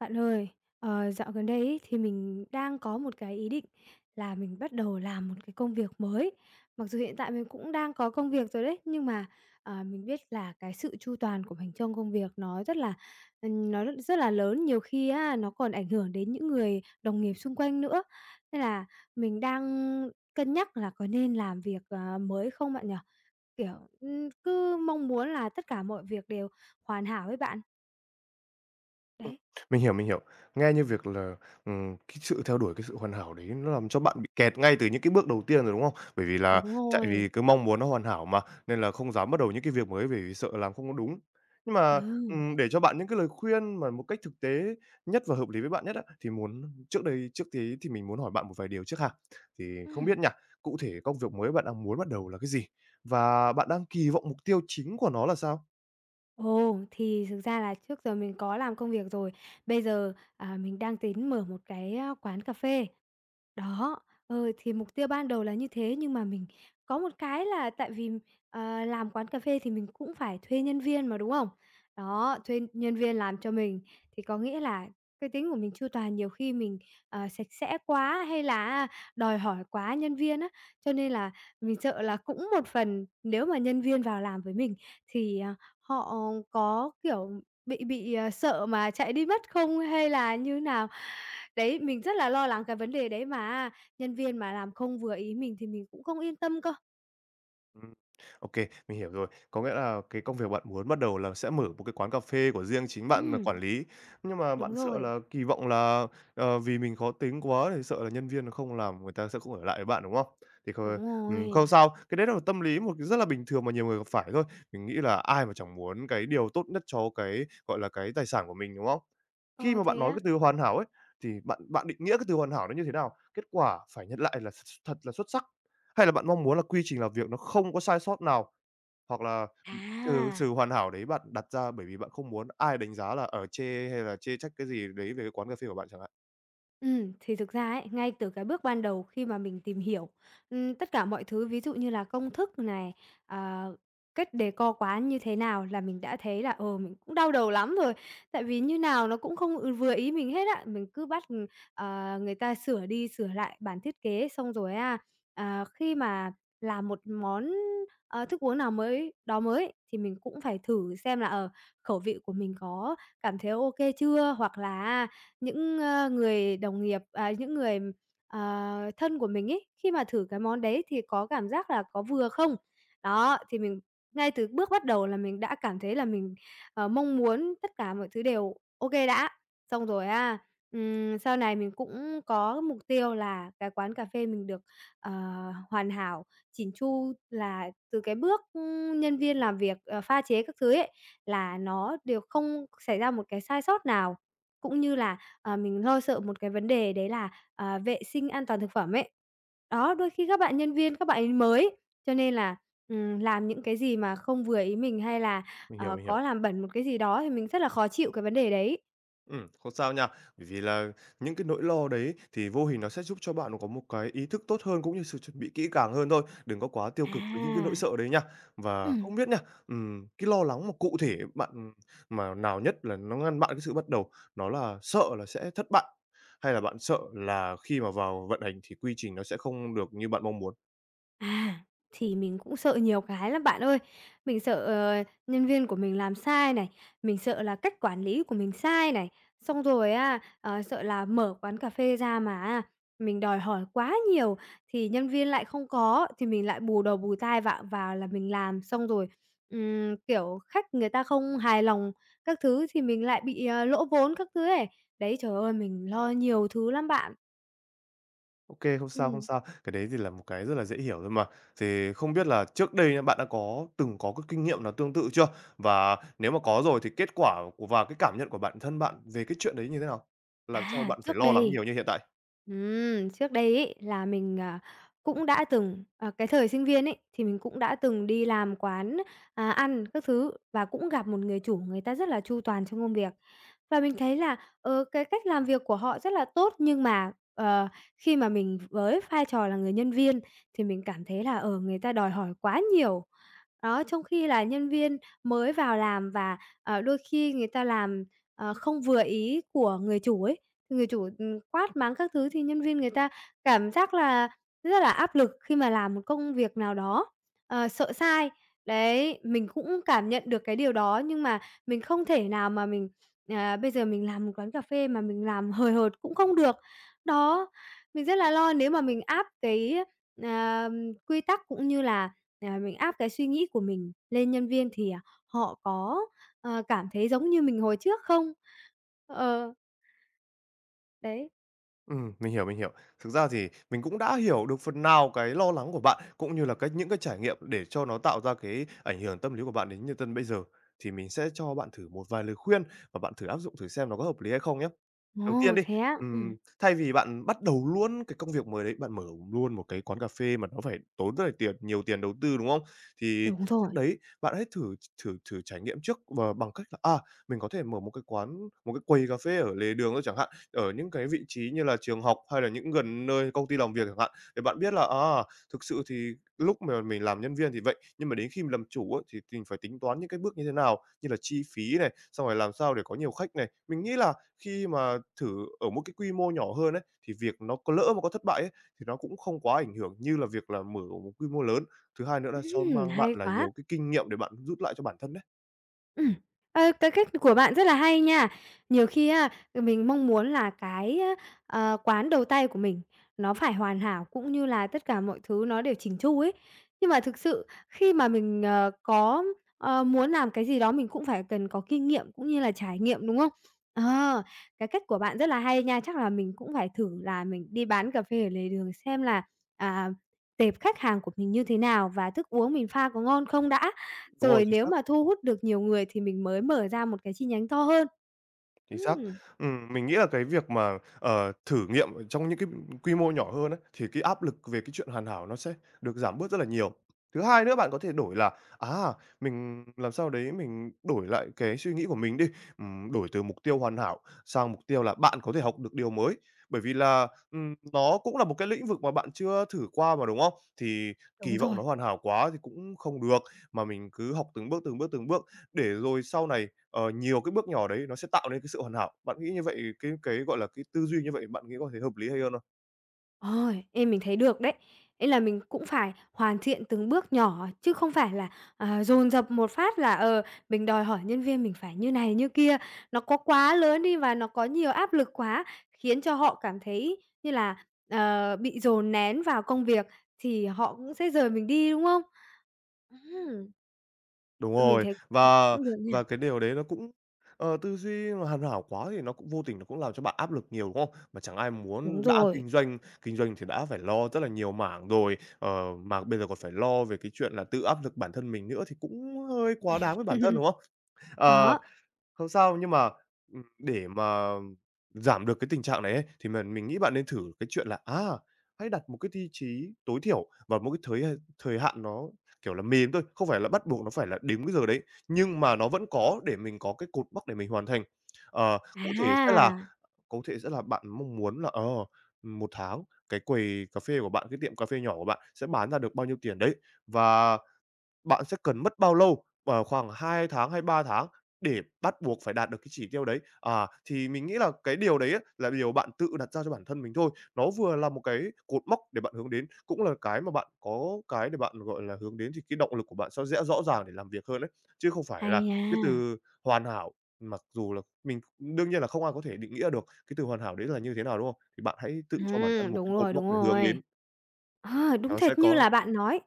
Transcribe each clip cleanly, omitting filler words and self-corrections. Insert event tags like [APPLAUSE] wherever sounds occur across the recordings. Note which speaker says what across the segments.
Speaker 1: Bạn ơi, dạo gần đây ấy, thì mình đang có một cái ý định là mình bắt đầu làm một cái công việc mới. Mặc dù hiện tại mình cũng đang có công việc rồi đấy, nhưng mà, mình biết là cái sự chu toàn của mình trong công việc nó rất là, nó rất rất là lớn, nhiều khi á, nó còn ảnh hưởng đến những người đồng nghiệp xung quanh nữa. Nên là mình đang cân nhắc là có nên làm việc, mới không bạn nhỉ? Kiểu, cứ mong muốn là tất cả mọi việc đều hoàn hảo với bạn.
Speaker 2: Ừm,
Speaker 1: Đấy.
Speaker 2: mình hiểu, mình hiểu. Nghe như việc là, cái sự theo đuổi cái sự hoàn hảo đấy nó làm cho bạn bị kẹt ngay từ những cái bước đầu tiên rồi, đúng không? Bởi vì là
Speaker 1: Đúng
Speaker 2: tại vì
Speaker 1: rồi.
Speaker 2: cứ mong muốn nó hoàn hảo mà, nên là không dám bắt đầu những cái việc mới bởi vì sợ làm không có đúng. Nhưng mà,
Speaker 1: Ừ.
Speaker 2: để cho bạn những cái lời khuyên mà một cách thực tế nhất và hợp lý với bạn nhất á, thì muốn trước đây trước tí thì mình muốn hỏi bạn một vài điều trước ha. Thì không
Speaker 1: Ừm.
Speaker 2: biết nha, cụ thể công việc mới bạn đang muốn bắt đầu là cái gì? Và bạn đang kỳ vọng mục tiêu chính của nó là sao?
Speaker 1: Ồ, thì thực ra là trước giờ mình có làm công việc rồi. Bây giờ, mình đang tính mở một cái, quán cà phê. Đó, thì mục tiêu ban đầu là như thế, nhưng mà mình có một cái là tại vì, làm quán cà phê thì mình cũng phải thuê nhân viên mà, đúng không? Đó, thuê nhân viên làm cho mình, thì có nghĩa là cái tính của mình chu toàn, nhiều khi mình, sạch sẽ quá hay là đòi hỏi quá nhân viên á, cho nên là mình sợ là cũng một phần nếu mà nhân viên vào làm với mình thì, họ có, kiểu, bị sợ mà chạy đi mất không hay là như nào. Đấy, mình rất là lo lắng cái vấn đề đấy mà nhân viên mà làm không vừa ý mình thì mình cũng không yên tâm cơ.
Speaker 2: Ừm, ô, mình hiểu rồi. Có nghĩa là cái công việc bạn muốn bắt đầu là sẽ mở một cái quán cà phê của riêng chính bạn là
Speaker 1: Ừm,
Speaker 2: quản lý, nhưng mà
Speaker 1: đúng
Speaker 2: bạn sợ
Speaker 1: rồi,
Speaker 2: là kỳ vọng là, ờ, vì mình khó tính quá thì sợ là nhân viên nó không làm người ta sẽ không ở lại với bạn, đúng không? Thì kh
Speaker 1: đúng
Speaker 2: Không
Speaker 1: rồi.
Speaker 2: sao, cái đấy là một tâm lý một cái rất là bình thường mà nhiều người gặp phải thôi. Mình nghĩ là ai mà chẳng muốn cái điều tốt nhất cho cái, gọi là, cái tài sản của mình, đúng không? Khi
Speaker 1: Ờ,
Speaker 2: mà bạn
Speaker 1: thế
Speaker 2: nói cái
Speaker 1: á?
Speaker 2: từ hoàn hảo ấy, thì bạn bạn định nghĩa cái từ hoàn hảo nó như thế nào? Kết quả phải nhận lại là thật là xuất sắc. Hay là bạn mong muốn là quy trình làm việc nó không có sai sót nào, hoặc là sự
Speaker 1: À.
Speaker 2: sự hoàn hảo đấy bạn đặt ra bởi vì bạn không muốn ai đánh giá là, ở chê hay là chê trách cái gì đấy về cái quán cà phê của bạn chẳng hạn?
Speaker 1: Ừ thì thực ra ấy, ngay từ cái bước ban đầu khi mà mình tìm hiểu, tất cả mọi thứ, ví dụ như là công thức này, ờ, cách đề co quán như thế nào là mình đã thấy là, mình cũng đau đầu lắm rồi. Tại vì như nào nó cũng không, vừa ý mình hết á. Mình cứ bắt, người ta sửa đi sửa lại bản thiết kế, xong rồi á, khi mà làm một món, thức uống nào mới đó mới thì mình cũng phải thử xem là, khẩu vị của mình có cảm thấy ok chưa, hoặc là những, người đồng nghiệp, những người, ờ, thân của mình ấy, khi mà thử cái món đấy thì có cảm giác là có vừa không. Đó, thì mình ngay từ bước bắt đầu là mình đã cảm thấy là mình, mong muốn tất cả mọi thứ đều ok đã. Xong rồi à. Sau này mình cũng có mục tiêu là cái quán cà phê mình được, ờ, hoàn hảo, chỉn chu, là từ cái bước, nhân viên làm việc, pha chế các thứ ấy, là nó đều không xảy ra một cái sai sót nào, cũng như là mình lo sợ một cái vấn đề đấy là, vệ sinh an toàn thực phẩm ấy. Đó, đôi khi các bạn nhân viên các bạn ấy mới, cho nên là, làm những cái gì mà không vừa ý mình hay là,
Speaker 2: Mình hiểu, mình hiểu.
Speaker 1: có làm bẩn một cái gì đó thì mình rất là khó chịu cái vấn đề đấy.
Speaker 2: Không sao nha. Bởi vì là những cái nỗi lo đấy thì vô hình nó sẽ giúp cho bạn có một cái ý thức tốt hơn, cũng như sự chuẩn bị kỹ càng hơn thôi. Đừng có quá tiêu cực với những cái nỗi
Speaker 1: À.
Speaker 2: sợ đấy nha. Và
Speaker 1: Ừm.
Speaker 2: không biết nha, cái lo lắng mà cụ thể bạn mà nào nhất là nó ngăn bạn cái sự bắt đầu, nó là sợ là sẽ thất bại, hay là bạn sợ là khi mà vào vận hành thì quy trình nó sẽ không được như bạn mong muốn?
Speaker 1: À, thì mình cũng sợ nhiều cái lắm bạn ơi. Mình sợ, nhân viên của mình làm sai này, mình sợ là cách quản lý của mình sai này, xong rồi á, sợ là mở quán cà phê ra mà mình đòi hỏi quá nhiều thì nhân viên lại không có, thì mình lại bù đầu bù tai vạ vào là mình làm. Xong rồi, kiểu, khách người ta không hài lòng các thứ thì mình lại bị, lỗ vốn các thứ ấy. Đấy, trời ơi, mình lo nhiều thứ lắm bạn.
Speaker 2: Ok không sao, không
Speaker 1: Ừm.
Speaker 2: sao. Cái đấy thì là một cái rất là dễ hiểu thôi mà. Thì không biết là trước đây nhá, bạn đã từng có cái kinh nghiệm nào tương tự chưa? Và nếu mà có rồi thì kết quả của và cái cảm nhận của bản thân bạn về cái chuyện đấy như thế nào? Làm cho
Speaker 1: À,
Speaker 2: bạn phải
Speaker 1: trước
Speaker 2: lo lắng
Speaker 1: đây
Speaker 2: nhiều như hiện tại?
Speaker 1: trước đây ấy là mình, cũng đã từng cái thời sinh viên ấy, thì mình cũng đã từng đi làm quán, ăn các thứ và cũng gặp một người chủ người ta rất là chu toàn trong công việc. Và mình thấy là, cái cách làm việc của họ rất là tốt, nhưng mà, khi mà mình với vai trò là người nhân viên thì mình cảm thấy là, người ta đòi hỏi quá nhiều. Đó, trong khi là nhân viên mới vào làm và, đôi khi người ta làm không vừa ý của người chủ ấy, thì người chủ, quát mắng các thứ thì nhân viên người ta cảm giác là rất là áp lực khi mà làm một công việc nào đó, sợ sai. Đấy, mình cũng cảm nhận được cái điều đó nhưng mà mình không thể nào mà mình, bây giờ mình làm một quán cà phê mà mình làm hời hợt cũng không được. Đó, mình rất là lo nếu mà mình áp cái, à, quy tắc cũng như là, mình áp cái suy nghĩ của mình lên nhân viên thì, họ có cảm thấy giống như mình hồi trước không? Ờ, đấy.
Speaker 2: Mình hiểu, mình hiểu. Thực ra thì mình cũng đã hiểu được phần nào cái lo lắng của bạn, cũng như là cái những cái trải nghiệm để cho nó tạo ra cái ảnh hưởng tâm lý của bạn đến như tân bây giờ. Thì mình sẽ cho bạn thử một vài lời khuyên và bạn thử áp dụng thử xem nó có hợp lý hay không nhé. Đầu tiên
Speaker 1: Ồ,
Speaker 2: đi,
Speaker 1: thế á?
Speaker 2: thay vì bạn bắt đầu luôn cái công việc mới đấy, bạn mở luôn một cái quán cà phê mà nó phải tốn rất là nhiều tiền đầu tư, đúng không? Thì
Speaker 1: Đúng
Speaker 2: trước
Speaker 1: rồi.
Speaker 2: đấy bạn hãy thử thử thử trải nghiệm trước và bằng cách là, mình có thể mở một cái quầy cà phê ở lề đường thôi chẳng hạn ở những cái vị trí như là trường học hay là những gần nơi công ty làm việc chẳng hạn, để bạn biết là, thực sự thì lúc mà mình làm nhân viên thì vậy, nhưng mà đến khi mình làm chủ á, thì mình phải tính toán những cái bước như thế nào, như là chi phí này, xong rồi làm sao để có nhiều khách này. Mình nghĩ là khi mà thử ở một cái quy mô nhỏ hơn ấy, thì việc nó có lỡ mà có thất bại ấy, thì nó cũng không quá ảnh hưởng như là việc là mở một quy mô lớn. Thứ hai nữa là so mang bạn
Speaker 1: Hay
Speaker 2: là
Speaker 1: quá!
Speaker 2: nhiều cái kinh nghiệm để bạn rút lại cho bản thân đấy.
Speaker 1: Ừm. Ơ, cái cách của bạn rất là hay nha. Nhiều khi á, mình mong muốn là cái, quán đầu tay của mình nó phải hoàn hảo, cũng như là tất cả mọi thứ nó đều chỉn chu ấy. Nhưng mà thực sự khi mà mình, có, muốn làm cái gì đó mình cũng phải cần có kinh nghiệm cũng như là trải nghiệm, đúng không? Ờ, cái cách của bạn rất là hay nha. Chắc là mình cũng phải thử là mình đi bán cà phê ở lề đường xem là, à, tệp khách hàng của mình như thế nào và thức uống mình pha có ngon không đã.
Speaker 2: Đúng rồi,
Speaker 1: Rồi
Speaker 2: chính
Speaker 1: nếu
Speaker 2: xác.
Speaker 1: mà thu hút được nhiều người thì mình mới mở ra một cái chi nhánh to hơn.
Speaker 2: Chính xác.
Speaker 1: Ừm,
Speaker 2: Mình nghĩ là cái việc mà, ờ, thử nghiệm ở trong những cái quy mô nhỏ hơn ấy, thì cái áp lực về cái chuyện hoàn hảo nó sẽ được giảm bớt rất là nhiều. Thứ hai nữa bạn có thể đổi là, à, mình làm sao đấy mình đổi lại cái suy nghĩ của mình đi, đổi từ mục tiêu hoàn hảo sang mục tiêu là bạn có thể học được điều mới. Bởi vì là, nó cũng là một cái lĩnh vực mà bạn chưa thử qua mà, đúng không? Thì
Speaker 1: đúng
Speaker 2: kỳ vọng
Speaker 1: rồi.
Speaker 2: nó hoàn hảo quá thì cũng không được, mà mình cứ học từng bước, từng bước, từng bước để rồi sau này Ờ, nhiều cái bước nhỏ đấy nó sẽ tạo nên cái sự hoàn hảo. Bạn nghĩ như vậy cái, gọi là, cái tư duy như vậy bạn nghĩ có thể hợp lý hay hơn không?
Speaker 1: Ôi, ê, mình thấy được đấy. Ý là mình cũng phải hoàn thiện từng bước nhỏ chứ không phải là, dồn dập một phát là, mình đòi hỏi nhân viên mình phải như này như kia, nó có quá lớn đi và nó có nhiều áp lực quá, khiến cho họ cảm thấy như là, bị dồn nén vào công việc thì họ cũng sẽ rời mình đi, đúng không? Ừm,
Speaker 2: Đúng
Speaker 1: mình
Speaker 2: rồi,
Speaker 1: thấy cũng
Speaker 2: và
Speaker 1: cũng được nha.
Speaker 2: và cái điều đấy nó cũng ờ, tư duy mà hoàn hảo quá thì nó cũng vô tình nó cũng làm cho bạn áp lực nhiều, đúng không? Mà chẳng ai
Speaker 1: Đúng
Speaker 2: muốn đã
Speaker 1: rồi.
Speaker 2: kinh doanh thì đã phải lo rất là nhiều mảng rồi, ờ, mà bây giờ còn phải lo về cái chuyện là tự áp lực bản thân mình nữa thì cũng hơi quá đáng với bản thân, đúng
Speaker 1: [LAUGHS]
Speaker 2: không? Ờ,
Speaker 1: Đó.
Speaker 2: không sao, nhưng mà, để mà giảm được cái tình trạng này ấy, thì mình nghĩ bạn nên thử cái chuyện là, hãy đặt một cái tiêu chí tối thiểu và một cái thời hạn nó, kiểu là, mềm thôi, không phải là bắt buộc nó phải là đến cái giờ đấy, nhưng mà nó vẫn có để mình có cái cột mốc để mình hoàn thành. Ờ,
Speaker 1: À,
Speaker 2: cụ thể sẽ là bạn mong muốn là, ờ, 1 tháng cái quầy cà phê của bạn, cái tiệm cà phê nhỏ của bạn sẽ bán ra được bao nhiêu tiền đấy. Và bạn sẽ cần mất bao lâu? Ở khoảng 2 tháng hay 3 tháng để bắt buộc phải đạt được cái chỉ tiêu đấy. À, thì mình nghĩ là cái điều đấy á, là điều bạn tự đặt ra cho bản thân mình thôi. Nó vừa là một cái cột mốc để bạn hướng đến, cũng là cái mà bạn có cái để bạn, gọi là, hướng đến thì cái động lực của bạn sẽ dễ rõ ràng để làm việc hơn đấy chứ không phải
Speaker 1: hay
Speaker 2: là cái
Speaker 1: nha.
Speaker 2: từ hoàn hảo, mặc dù là mình đương nhiên là không ai có thể định nghĩa được cái từ hoàn hảo đấy là như thế nào, đúng không? Thì bạn hãy tự cho bản thân một cái
Speaker 1: Đúng
Speaker 2: cột
Speaker 1: rồi,
Speaker 2: mốc
Speaker 1: đúng
Speaker 2: để hướng
Speaker 1: rồi.
Speaker 2: đến,
Speaker 1: À, đúng
Speaker 2: nó sẽ
Speaker 1: thật như
Speaker 2: có
Speaker 1: là bạn nói.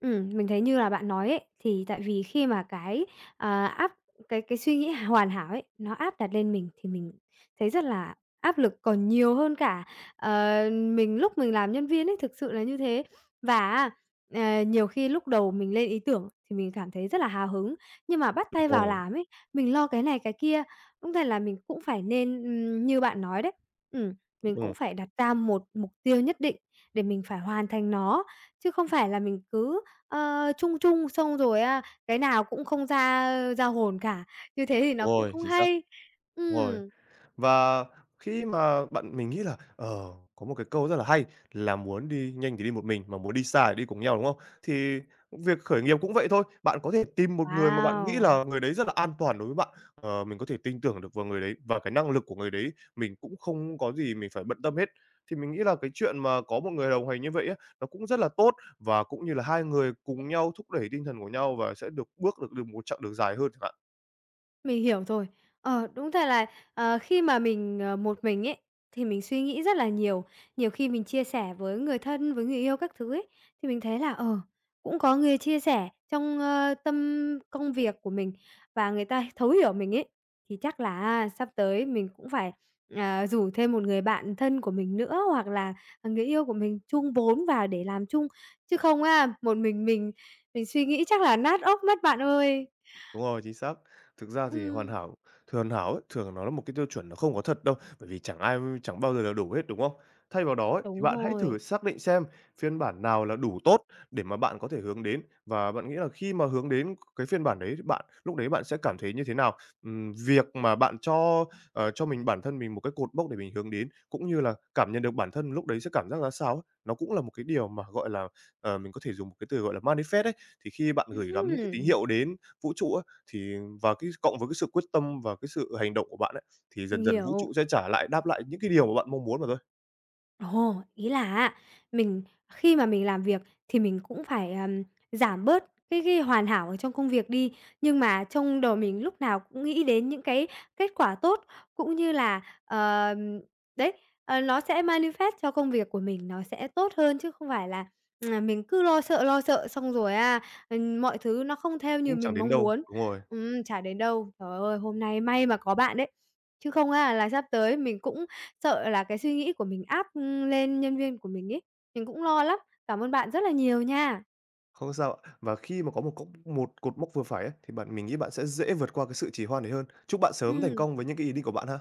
Speaker 1: Mình thấy như là bạn nói ấy, thì tại vì khi mà cái, áp cái suy nghĩ hoàn hảo ấy, nó áp đặt lên mình thì mình thấy rất là áp lực còn nhiều hơn cả, mình lúc mình làm nhân viên ấy, thực sự là như thế. Và nhiều khi lúc đầu mình lên ý tưởng thì mình cảm thấy rất là hào hứng, nhưng mà bắt
Speaker 2: đúng
Speaker 1: tay vào
Speaker 2: rồi,
Speaker 1: làm ấy, mình lo cái này cái kia. Đúng thật là mình cũng phải nên, như bạn nói đấy, ừm, mình
Speaker 2: đúng
Speaker 1: cũng
Speaker 2: rồi,
Speaker 1: phải đặt ra một mục tiêu nhất định để mình phải hoàn thành nó, chứ không phải là mình cứ, chung chung xong rồi á, cái nào cũng không ra ra hồn cả, như thế thì nó
Speaker 2: đúng
Speaker 1: cũng
Speaker 2: rồi,
Speaker 1: không
Speaker 2: chính xác,
Speaker 1: hay.
Speaker 2: đúng rồi.
Speaker 1: Ừm,
Speaker 2: Và khi mà bạn mình nghĩ là, ờ, có một cái câu rất là hay là "Muốn đi nhanh thì đi một mình, mà muốn đi xa thì đi cùng nhau", đúng không? Thì việc khởi nghiệp cũng vậy thôi, bạn có thể tìm một người mà bạn nghĩ
Speaker 1: wow!
Speaker 2: là người đấy rất là an toàn đối với bạn, ờ, mình có thể tin tưởng được vào người đấy và cái năng lực của người đấy mình cũng không có gì mình phải bận tâm hết. Thì mình nghĩ là cái chuyện mà có một người đồng hành như vậy á, nó cũng rất là tốt và cũng như là hai người cùng nhau thúc đẩy tinh thần của nhau và sẽ được bước được được một chặng đường dài hơn chẳng hạn.
Speaker 1: Mình hiểu rồi. Ờ, đúng thật là, khi mà mình, một mình ấy, thì mình suy nghĩ rất là nhiều. Nhiều khi mình chia sẻ với người thân, với người yêu các thứ ấy, thì mình thấy là, cũng có người chia sẻ trong, tâm công việc của mình và người ta thấu hiểu mình ấy, thì chắc là sắp tới mình cũng phải, rủ thêm một người bạn thân của mình nữa hoặc là, người yêu của mình chung vốn vào để làm chung, chứ không á, một mình suy nghĩ chắc là nát óc mất bạn ơi.
Speaker 2: Đúng rồi, chính xác. Thực ra thì
Speaker 1: Ừm,
Speaker 2: hoàn hảo ấy, thường nó là một cái tiêu chuẩn nó không có thật đâu, bởi vì chẳng ai chẳng bao giờ là đủ hết, đúng không? Thay vào đó ấy, thì
Speaker 1: đúng
Speaker 2: bạn hãy
Speaker 1: rồi.
Speaker 2: thử xác định xem phiên bản nào là đủ tốt để mà bạn có thể hướng đến, và bạn nghĩ là khi mà hướng đến cái phiên bản đấy, bạn lúc đấy bạn sẽ cảm thấy như thế nào? Việc mà bạn cho, ờ, cho bản thân mình một cái cột mốc để mình hướng đến, cũng như là cảm nhận được bản thân lúc đấy sẽ cảm giác ra sao ấy, nó cũng là một cái điều mà, gọi là, ờ, mình có thể dùng một cái từ gọi là manifest ấy. Thì khi bạn gửi gắm những cái tín
Speaker 1: Ừm,
Speaker 2: hiệu đến vũ trụ á, thì và cái cộng với cái sự quyết tâm và cái sự hành động của bạn ấy, thì dần
Speaker 1: mình
Speaker 2: dần vũ
Speaker 1: hiểu.
Speaker 2: trụ sẽ trả lại đáp lại những cái điều mà bạn mong muốn mà thôi,
Speaker 1: Ồ, ý là á, mình khi mà mình làm việc thì mình cũng phải, giảm bớt cái hoàn hảo ở trong công việc đi, nhưng mà trong đầu mình lúc nào cũng nghĩ đến những cái kết quả tốt, cũng như là, đấy, nó sẽ manifest cho công việc của mình nó sẽ tốt hơn, chứ không phải là, mình cứ lo sợ xong rồi mọi thứ nó không theo như
Speaker 2: cũng chẳng
Speaker 1: mình
Speaker 2: đến
Speaker 1: mong
Speaker 2: đâu.
Speaker 1: muốn.
Speaker 2: Đúng rồi,
Speaker 1: Chả đến đâu. Trời ơi, hôm nay may mà có bạn đấy, chứ không á là sắp tới mình cũng sợ là cái suy nghĩ của mình áp, lên nhân viên của mình ấy, mình cũng lo lắm. Cảm ơn bạn rất là nhiều nha.
Speaker 2: không sao ạ. Và khi mà có một cột mốc vừa phải ấy, thì bạn mình nghĩ bạn sẽ dễ vượt qua cái sự trì hoãn đấy hơn. Chúc bạn sớm thành
Speaker 1: Ừm.
Speaker 2: công với những cái ý định của bạn ha.